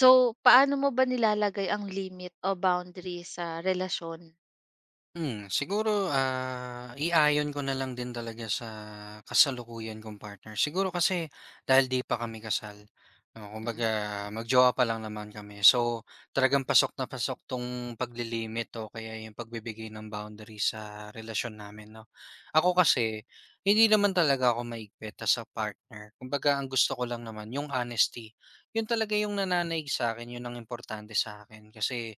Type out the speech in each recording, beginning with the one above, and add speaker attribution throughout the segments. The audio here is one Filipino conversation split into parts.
Speaker 1: So, paano mo ba nilalagay ang limit o boundary sa relasyon?
Speaker 2: Siguro, iayon ko na lang din talaga sa kasalukuyan kong partner. Siguro kasi dahil 'di pa kami kasal, no, kumbaga
Speaker 1: Mm,
Speaker 2: mag-jowa pa lang naman kami. So, talagang pasok na pasok 'tong paglilimit o kaya 'yung pagbibigay ng boundary sa relasyon namin, 'no. Ako kasi, hindi naman talaga ako maigpit as a partner. Kumbaga ang gusto ko lang naman 'yung honesty. 'Yun talaga 'yung nananaig sa akin, 'yun ang importante sa akin kasi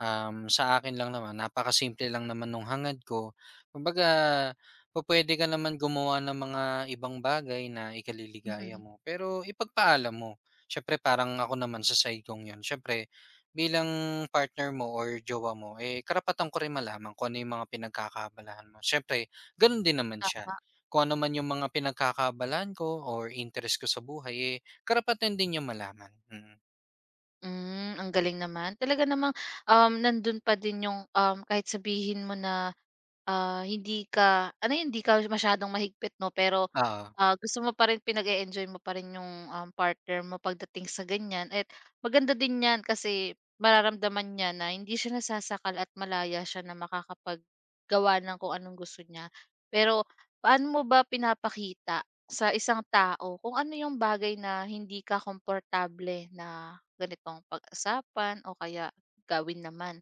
Speaker 2: Sa akin lang naman napakasimple lang naman nung hangad ko. Kumbaga pupuwede ka naman gumawa ng mga ibang bagay na ikaliligaya
Speaker 1: mm,
Speaker 2: mo, pero ipagpaalam mo. Siyempre parang ako naman sa side kong 'yun, siyempre bilang partner mo or jowa mo, eh, karapatan ko rin malaman kung ano yung mga pinagkakabalahan mo. Siyempre gano'n din naman siya.
Speaker 1: tama.
Speaker 2: Kung ano man yung mga pinagkakaabalahan ko or interest ko sa buhay, eh, karapatan din niyang malaman. Mm.
Speaker 1: Hmm, ang galing naman. Talaga namang, nandun pa din yung, kahit sabihin mo na hindi ka ano yun, hindi ka masyadong mahigpit 'no, pero,
Speaker 2: Oo.
Speaker 1: gusto mo pa rin pinag-e-enjoy mo pa rin yung, partner mo pagdating sa ganyan at maganda din 'yan kasi mararamdaman niya na hindi siya nasasakal at malaya siya na makakapaggawa ng kung anong gusto niya. Pero paano mo ba pinapakita sa isang tao kung ano yung bagay na hindi ka komportable na ganitong pag-usapan o kaya gawin naman?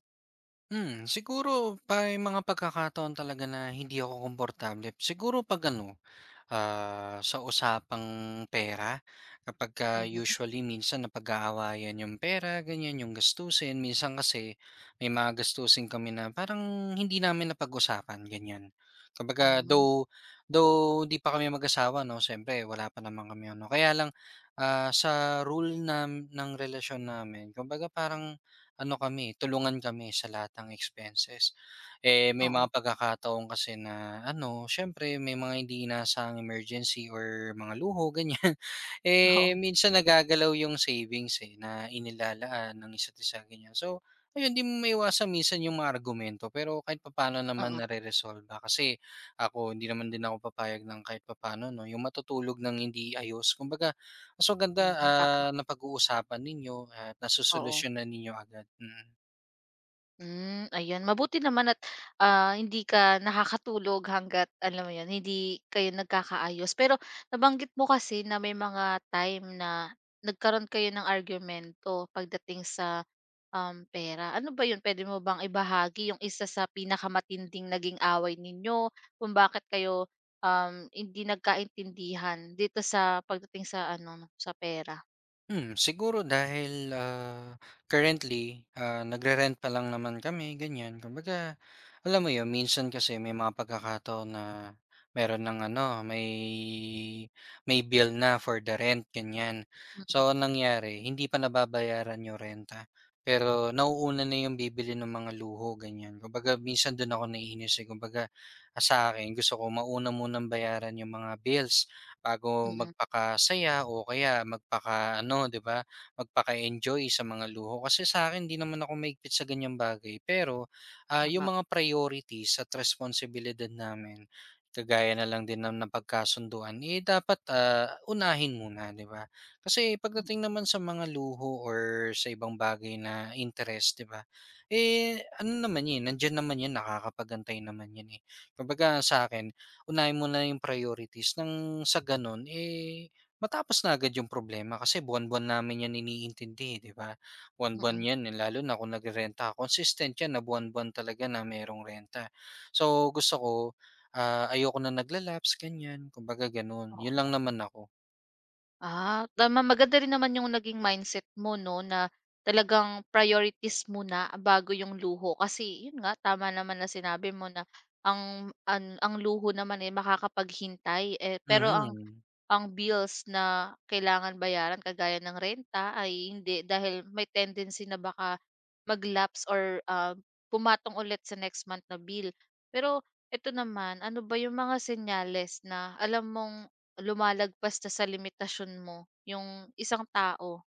Speaker 2: Siguro pa mga pagkakataon talaga na hindi ako komportable. Siguro 'pag ano, sa usapang pera. Kapagka
Speaker 1: Mhm,
Speaker 2: usually minsan napag-aawayan yung pera, ganyan, yung gastusin. Minsan kasi may mga gastusin kami na parang hindi namin napag-usapan, ganyan. Kumbaga,
Speaker 1: hmm,
Speaker 2: though di pa kami mag-asawa, no? Siyempre, wala pa naman kami, ano. Kaya lang, sa rule na, ng relasyon namin, kumbaga parang ano kami, tulungan kami sa lahat ng expenses. Eh, may
Speaker 1: oo,
Speaker 2: mga pagkakataon kasi na ano, siyempre may mga hindi inaasahang emergency or mga luho, ganyan.
Speaker 1: oo,
Speaker 2: Eh,
Speaker 1: oo.
Speaker 2: minsan nagagalaw yung savings eh, na inilalaan ng isa't isa, ganyan. So, ayun, di mo maiwasan minsan yung mga argumento. Pero kahit papaano naman
Speaker 1: Oo.
Speaker 2: nare-resolve ba? Kasi ako, hindi naman din ako papayag ng kahit papaano, no? Yung matutulog ng hindi ayos. Kumbaga, mas maganda
Speaker 1: Hmm, tama,
Speaker 2: na pag-uusapan ninyo at
Speaker 1: oo.
Speaker 2: nasusolusyonan ninyo agad. Mm.
Speaker 1: Hmm, ayun mabuti naman at, hindi ka nakakatulog hangga't alam mo yun, hindi kayo nagkakaayos. Pero nabanggit mo kasi na may mga time na nagkaroon kayo ng argumento pagdating sa, pera. Ano ba yun, puwede mo bang ibahagi yung isa sa pinakamatinding naging away ninyo kung bakit kayo, hindi nagkaintindihan dito sa pagdating sa ano, sa pera?
Speaker 2: Siguro dahil, currently, nagre-rent pa lang naman kami, ganyan. Kumbaga, alam mo yun, minsan kasi may mga pagkakataon na meron ng ano, may bill na for the rent, ganyan.
Speaker 1: Mm,
Speaker 2: So, ang nangyari hindi pa nababayaran yung renta, pero nauuna na yung bibili ng mga luho, ganyan. Kumbaga minsan dun ako naiinis, eh, kumbaga, sa akin gusto ko mauna munang bayaran yung mga bills bago
Speaker 1: mm,
Speaker 2: magpakasaya o kaya magpakaano, 'di ba, magpaka-enjoy sa mga luho. Kasi sa akin 'di naman ako mahigpit sa ganyang bagay, pero, yung
Speaker 1: tama,
Speaker 2: mga priorities at responsibilidad namin, kagaya na lang din ng napagkasunduan, eh, dapat, unahin muna, 'di ba? Kasi pagdating naman sa mga luho or sa ibang bagay na interest, 'di ba, eh, ano naman yun, nandiyan naman yun, nakakapag-antay naman yun eh. Kumbaga sa akin, unahin mo na yung priorities ng sa gano'n, eh, matapos na agad yung problema kasi buwan-buwan namin 'yan iniintindi, eh, 'di ba? Buwan-buwan
Speaker 1: mm.
Speaker 2: 'yan, eh, lalo na kung nagrerenta ako, consistent 'yan na buwan-buwan talaga na merong renta. So, gusto ko, ayoko na nagla-lapse, ganiyan, kumbaga gano'n. 'Yun lang naman ako.
Speaker 1: Ah, tama, maganda rin naman yung naging mindset mo 'no, na talagang priorities muna bago yung luho. Kasi yun nga, tama naman na sinabi mo na ang luho naman, eh, makakapaghintay, eh, pero ang
Speaker 2: Mhm.
Speaker 1: ang bills na kailangan bayaran kagaya ng renta ay hindi, dahil may tendency na baka mag-lapse or, pumatong ulit sa next month na bill. Pero eto naman, ano ba yung mga senyales na alam mong lumalagpas na sa limitasyon mo yung isang tao.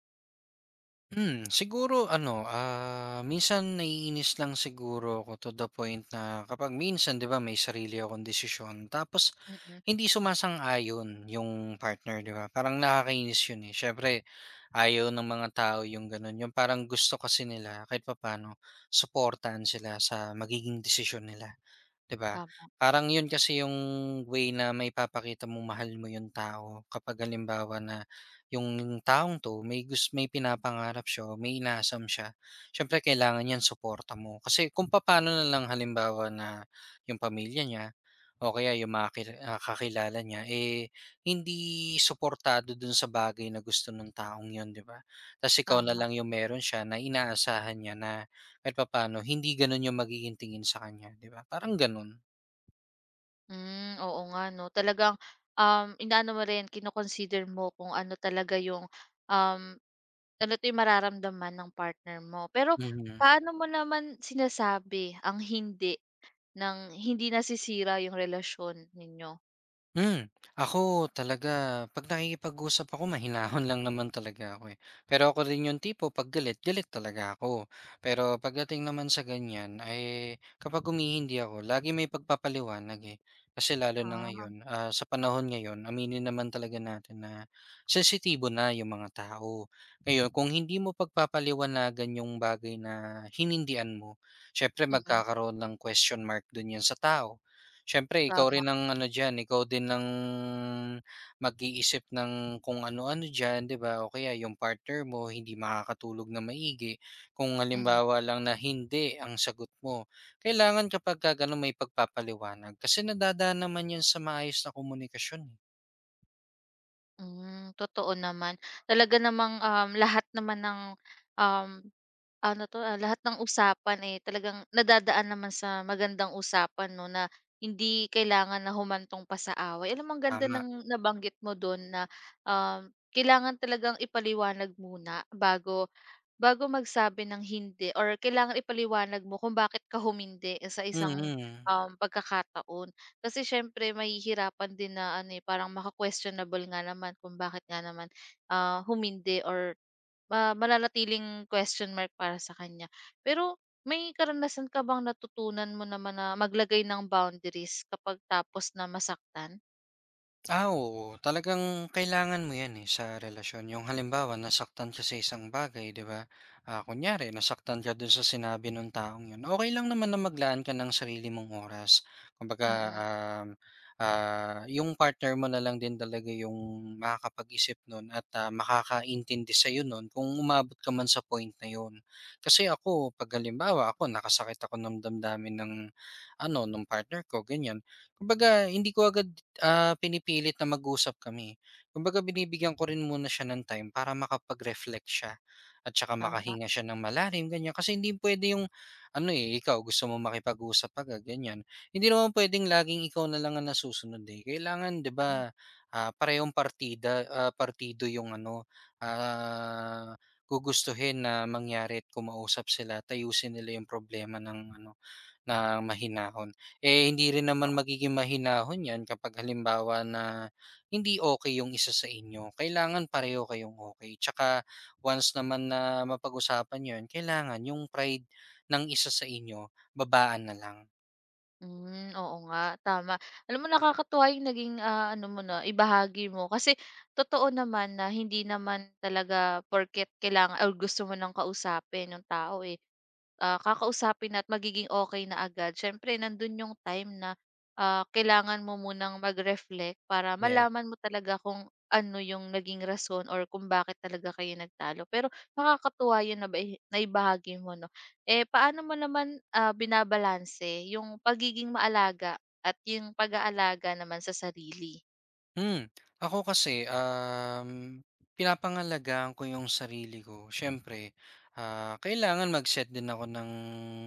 Speaker 2: Siguro ano, minsan naiinis lang siguro ako to the point na kapag minsan, 'di ba, may sarili akong desisyon tapos
Speaker 1: Mm.
Speaker 2: hindi sumasang-ayon yung partner, 'di ba? Parang nakakainis yun, eh. Siyempre ayaw ng mga tao yung gano'n, yung parang gusto kasi nila kahit papaano suportahan sila sa magiging desisyon nila. 'Di ba?
Speaker 1: Tama,
Speaker 2: Parang 'yun kasi yung way na maipapakita mong mahal mo yung tao kapag halimbawa na yung taong 'to may pinapangarap siya o may inaasam siya, siyempre kailangan niyan suporta mo. Kasi kung papaano na lang halimbawa na yung pamilya niya o kaya yung mga kakilala niya, eh, hindi suportado dun sa bagay na gusto ng taong yon, 'di ba? Tas ikaw na
Speaker 1: tama.
Speaker 2: lang yung meron siya, na inaasahan niya na kahit papaano hindi gano'n yung magiging tingin sa kanya, 'di ba? Parang gano'n.
Speaker 1: Hmm, oo nga 'no. Talagang, inaano mo rin, kino-consider mo kung ano talaga yung, um, ano 'to, yung mararamdaman ng partner mo. Pero
Speaker 2: Mm.
Speaker 1: paano mo naman sinasabi ang hindi ng hindi nasisira yung relasyon ninyo?
Speaker 2: Hmm, ako talaga 'pag nakikipag-usap ako mahinahon lang naman talaga ako, eh. Pero ako rin yung tipo 'pag galit, galit talaga ako. Pero pagdating naman sa ganiyan, ay, kapag humihindi ako lagi may pagpapaliwanag, eh. Kasi lalo na
Speaker 1: Ah,
Speaker 2: ngayon, sa panahon ngayon aminin naman talaga natin na sensitibo na yung mga tao. Ngayon kung hindi mo pagpapaliwanagan yung bagay na hinindian mo, syempre
Speaker 1: mm,
Speaker 2: magkakaroon ng question mark dun yun sa tao. Siyempre ikaw
Speaker 1: tama.
Speaker 2: rin ang ano diyan, ikaw din ang mag-iisip ng kung ano-ano diyan, 'di ba? O kaya yung partner mo hindi makakatulog na maigi kung
Speaker 1: Mm.
Speaker 2: halimbawa lang na hindi ang sagot mo. Kailangan kapagka gano'n may pagpapaliwanag kasi nadadaan naman 'yun sa maayos na komunikasyon, eh.
Speaker 1: Hmm, totoo naman. Talaga namang, lahat naman ng, um, ano 'to, lahat ng usapan, eh, talagang nadadaan naman sa magandang usapan 'no, na hindi kailangan na humantong pa sa away. Alam mo, ang ganda
Speaker 2: Tama.
Speaker 1: ng nabanggit mo dun na, um, kailangan talagang ipaliwanag muna bago Bago magsabi ng hindi, or kailangan ipaliwanag mo kung bakit ka humindi sa isang,
Speaker 2: Mm. Mm.
Speaker 1: pagkakataon. Kasi siyempre mahihirapan din na ano, eh, parang maka-questionable nga naman kung bakit nga naman, humindi or mananatiling question mark para sa kanya. Pero may karanasan ka bang natutunan mo naman na maglagay ng boundaries kapag tapos na masaktan?
Speaker 2: Ah, oo. Talagang kailangan mo 'yan, eh, sa relasyon. Yung halimbawa, nasaktan ka sa isang bagay, 'di ba? Ah, kunyari nasaktan ka dun sa sinabi nung taong 'yun, okay lang naman na maglaan ka ng sarili mong oras. Kumbaga,
Speaker 1: Mm, mm.
Speaker 2: um, yung partner mo na lang din talaga yung makakapag-isip nun at, makakaintindi sa'yo nun kung umabot ka man sa point na yun. Kasi ako 'pag halimbawa ako nakasakit ako ng damdamin ng ano, nung partner ko, ganiyan. Kumbaga hindi ko agad pinipilit na mag-usap kami. Kumbaga binibigyan ko rin muna siya ng time para makapag-reflect siya at saka
Speaker 1: Tama.
Speaker 2: makahinga siya ng malalim, ganyan. Kasi hindi pwede yung, ano eh, ikaw gusto mo makipag-usap agad, ganyan. Hindi naman pwedeng laging ikaw na lang ang nasusunod, eh. Kailangan, di ba, parehong partido yung ano, ah, gugustuhin na mangyari at kumausap sila, tayusin nila yung problema ng ano, na mahinahon. Eh, hindi rin naman magiging mahinahon 'yan kapag halimbawa na hindi okay yung isa sa inyo. Kailangan pareho kayong okay. Tsaka once naman na mapag-usapan 'yon, kailangan yung pride ng isa sa inyo babaan na lang,
Speaker 1: Hmm, oo nga, tama. Alam mo, nakakatuwa yung naging, ano mo na ibahagi mo, kasi totoo naman na hindi naman talaga porket kailangan or gusto mo ng kausapin ng tao, eh, kakausapin na at magiging okay na agad. Siyempre nandun yung time na, kailangan mo munang mag-reflect para
Speaker 2: 'yan.
Speaker 1: malaman mo talaga kung ano yung naging rason or kung bakit talaga kayo nagtalo. Pero nakakatuwa yun na naibahagi mo 'no. Eh, paano mo naman, binabalanse yung pagiging maalaga at yung pag-aalaga naman sa sarili?
Speaker 2: Hmm, ako kasi, pinapangalagaan ko yung sarili ko. Siyempre, kailangan mag-set din ako ng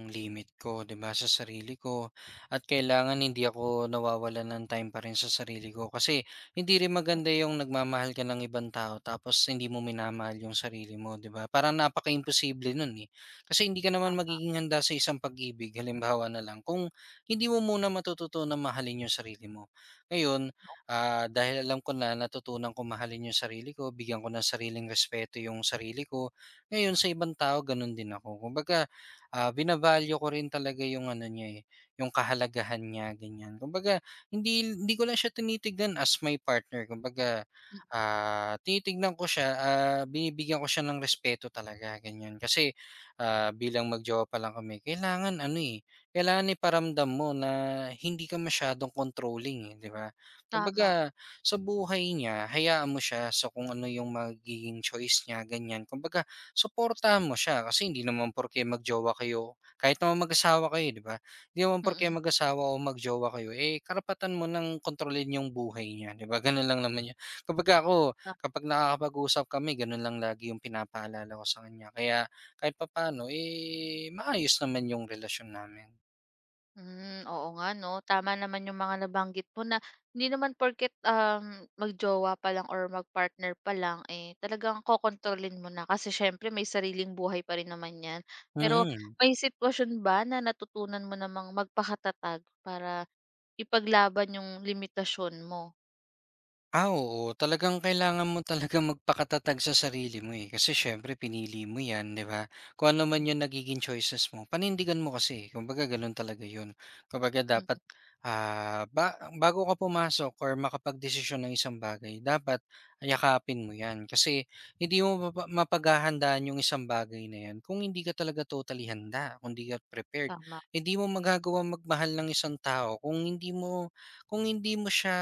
Speaker 2: limit ko, 'di ba, sa sarili ko at kailangan hindi ako nawawalan ng time pa rin sa sarili ko kasi hindi rin maganda yung nagmamahal ka ng ibang tao tapos hindi mo minamahal yung sarili mo, 'di ba? Parang napakaimposible nun, eh. Kasi hindi ka naman
Speaker 1: Tama,
Speaker 2: magiging handa sa isang pag-ibig, halimbawa na lang, kung hindi mo muna matututo na mahalin yung sarili mo. Ngayon, dahil alam ko na natutunan ko mahalin yung sarili ko, bigyan ko ng sariling respeto yung sarili ko. Ngayon sa ibang tao ganun din ako. Kumbaga, bina ko rin talaga yung ano niya eh, yung kahalagahan niya, ganyan. Kumbaga, hindi hindi ko lang siya tinitignan as my partner. Kumbaga,
Speaker 1: mm,
Speaker 2: tinitignan ko siya, binibigyan ko siya ng respeto talaga, ganyan. Kasi bilang magjowa pa lang kami, kailangan ano eh, kailangan iparamdam mo na hindi ka masyadong controlling eh, 'di ba?
Speaker 1: tama,
Speaker 2: Kumbaga sa buhay niya hayaan mo siya sa kung ano yung magiging choice niya, ganyan. Kumbaga suportahan mo siya kasi hindi naman porke mag-jowa kayo, kahit naman mag-asawa kayo, 'di ba? Hindi naman porke
Speaker 1: mm.
Speaker 2: mag-asawa o mag-jowa kayo, eh, karapatan mo ng kontrolin yung buhay niya, 'di ba, gano'n lang naman yun. Kumbaga ako,
Speaker 1: Mm,
Speaker 2: kapag nakakapag-usap kami gano'n lang lagi yung pinapaalala ko sa kanya, kaya kahit papaano, eh, maayos naman yung relasyon namin.
Speaker 1: hmm, oo nga 'no, tama naman yung mga nabanggit mo na hindi naman porket, magjowa pa lang or magpartner pa lang, eh, talagang kokontrolin mo na, kasi siyempre may sariling buhay pa rin naman 'yan. Pero
Speaker 2: Mm.
Speaker 1: may sitwasyon ba na natutunan mo namang magpakatatag para ipaglaban yung limitasyon mo?
Speaker 2: Ah, oo. Talagang kailangan mo talaga magpakatatag sa sarili mo, eh. Kasi siyempre pinili mo 'yan, 'di ba? Kung ano man 'yung nagiging choices mo, panindigan mo kasi, eh. Kumbaga gano'n talaga 'yun. Kumbaga dapat,
Speaker 1: Mm,
Speaker 2: ah, ba bago ka pumasok or makapagdesisyon ng isang bagay, dapat yakapin mo 'yan. Kasi hindi mo mapaghahandaan 'yung isang bagay na 'yan kung hindi ka talaga totally handa, kung hindi ka prepared.
Speaker 1: tama,
Speaker 2: Hindi mo magagawang magmahal ng isang tao kung hindi mo siya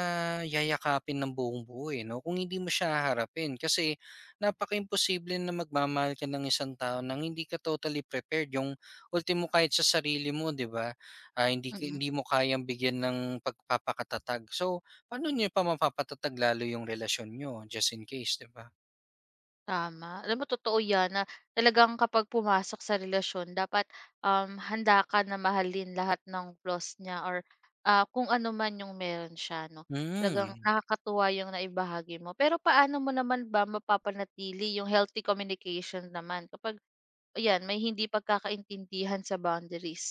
Speaker 2: yayakapin ng buong-buo, eh, 'no, kung hindi mo siya haharapin kasi napakaimposible na magmamahal ka ng isang tao ng hindi ka totally prepared, yung ultimo kahit sa sarili mo, 'di ba,
Speaker 1: mm.
Speaker 2: hindi mo kayang bigyan ng pagpapakatatag. So, paano niyo pa mapapatatag lalo yung relasyon niyo just in case, 'di ba?
Speaker 1: Tama. Alam mo, totoo 'yan na talagang kapag pumasok sa relasyon dapat, handa ka na mahalin lahat ng flaws niya or, kung ano man yung meron siya 'no. Talagang
Speaker 2: Hmm.
Speaker 1: nakakatuwa yung naibahagi mo. Pero paano mo naman ba mapapanatili yung healthy communication naman kapag ayan, may hindi pagkakaintindihan sa boundaries?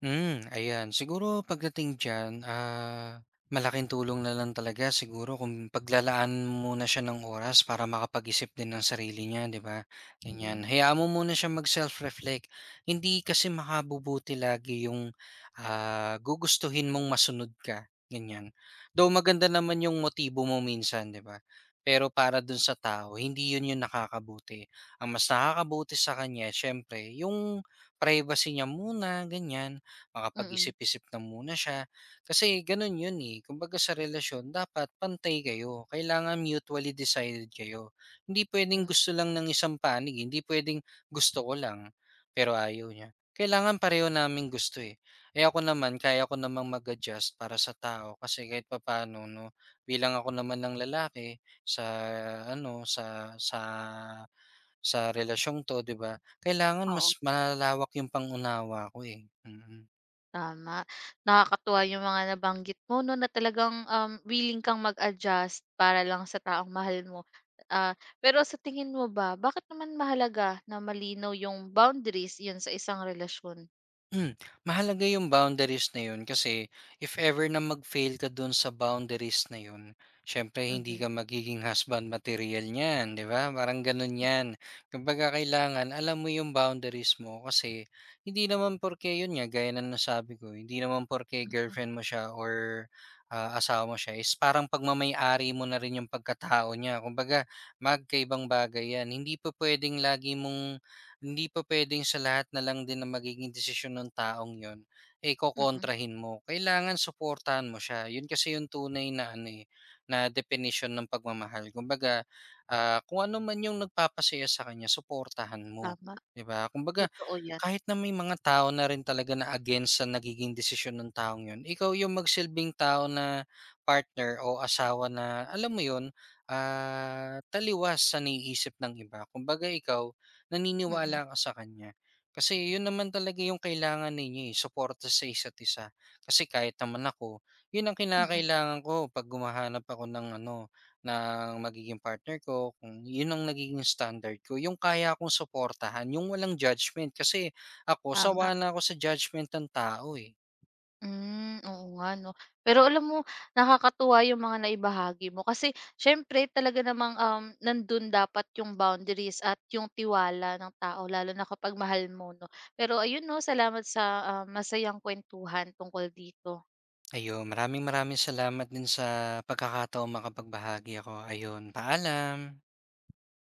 Speaker 2: Ayan. Siguro pagdating diyan, malaking tulong na lang talaga siguro kung paglalaan muna siya ng oras para makapag-isip din ng sarili niya, 'di ba? Ganyan.
Speaker 1: Mm,
Speaker 2: Hayaan mo muna siya mag-self-reflect. Hindi kasi makabubuti lagi yung gugustuhin mong masunod ka, ganyan. Though maganda naman yung motibo mo minsan, 'di ba? Pero para dun sa tao, hindi yun yung nakakabuti. Ang mas nakakabuti sa kanya, syempre, yung privacy niya muna, ganyan.
Speaker 1: mm,
Speaker 2: Makapag-isip-isip na muna siya. Kasi ganun yun eh. Kumbaga sa relasyon, dapat pantay kayo. Kailangan mutually decided kayo. Hindi pwedeng
Speaker 1: hmm,
Speaker 2: gusto lang ng isang panig, eh. Hindi pwedeng gusto ko lang, pero ayaw niya. Kailangan pareho namin gusto eh. Eh ako naman, kaya ko namang mag-adjust para sa tao. Kasi kahit papaano, no, bilang ako naman ng lalaki sa, ano, sa relasyong to, di ba? Kailangan
Speaker 1: oo.
Speaker 2: mas malalawak yung pangunawa ko eh. Mm.
Speaker 1: Tama. Nakakatuwa yung mga nabanggit mo 'no, na talagang, willing kang mag-adjust para lang sa taong mahal mo. Ah, pero sa tingin mo ba, bakit naman mahalaga na malinaw yung boundaries 'yun sa isang relasyon?
Speaker 2: Hmm, mahalaga yung boundaries na yun kasi if ever na mag-fail ka dun sa boundaries na yun, syempre hindi
Speaker 1: Mhm,
Speaker 2: ka magiging husband material niyan, 'di ba? Parang ganun 'yan. Kumbaga kailangan alam mo yung boundaries mo kasi, hindi naman porke yun nga gaya na nasabi ko, hindi naman porke girlfriend mo siya or asawa mo siya is parang pagmamay-ari mo na rin yung pagkatao niya. Kumbaga magkaibang bagay 'yan. Hindi pa pwedeng lagi mong hindi pa puwedeng sa lahat na lang din na magiging desisyon ng taong 'yun, eh,
Speaker 1: mm,
Speaker 2: kokontrahin mo. Kailangan suportahan mo siya, 'yun kasi yung tunay na ano, eh, na definition ng pagmamahal. Kumbaga, kung ano man yung nagpapasaya sa kanya suportahan mo,
Speaker 1: tama.
Speaker 2: 'di ba? Kumbaga,
Speaker 1: Totoo 'yan.
Speaker 2: kahit na may mga tao na rin talaga na against sa nagiging desisyon ng taong 'yun, ikaw yung magsilbing tao na partner o asawa na alam mo 'yun, taliwas sa naiisip ng iba. Kumbaga ikaw,
Speaker 1: Mm,
Speaker 2: naniniwala ka sa kanya. Kasi yun naman talaga yung kailangan ninyo, eh, suporta sa isa't isa. Kasi kahit naman ako, yun ang
Speaker 1: mm,
Speaker 2: kinakailangan ko 'pag humahanap ako ng ano, ng magiging partner ko, kung yun ang nagiging standard ko, yung kaya kong suportahan, yung walang judgment. Kasi ako, sawa
Speaker 1: tama.
Speaker 2: na ako sa judgment ng tao, eh.
Speaker 1: Hmm, oo nga 'no. Pero alam mo, nakakatuwa yung mga naibahagi mo kasi siyempre talaga namang, nandun dapat yung boundaries at yung tiwala ng tao lalo na kapag mahal mo 'no. Pero ayun 'no, salamat sa, masayang kuwentuhan tungkol dito.
Speaker 2: Ayun, maraming maraming salamat din sa pagkakataong makapagbahagi ako. Ayun, paalam.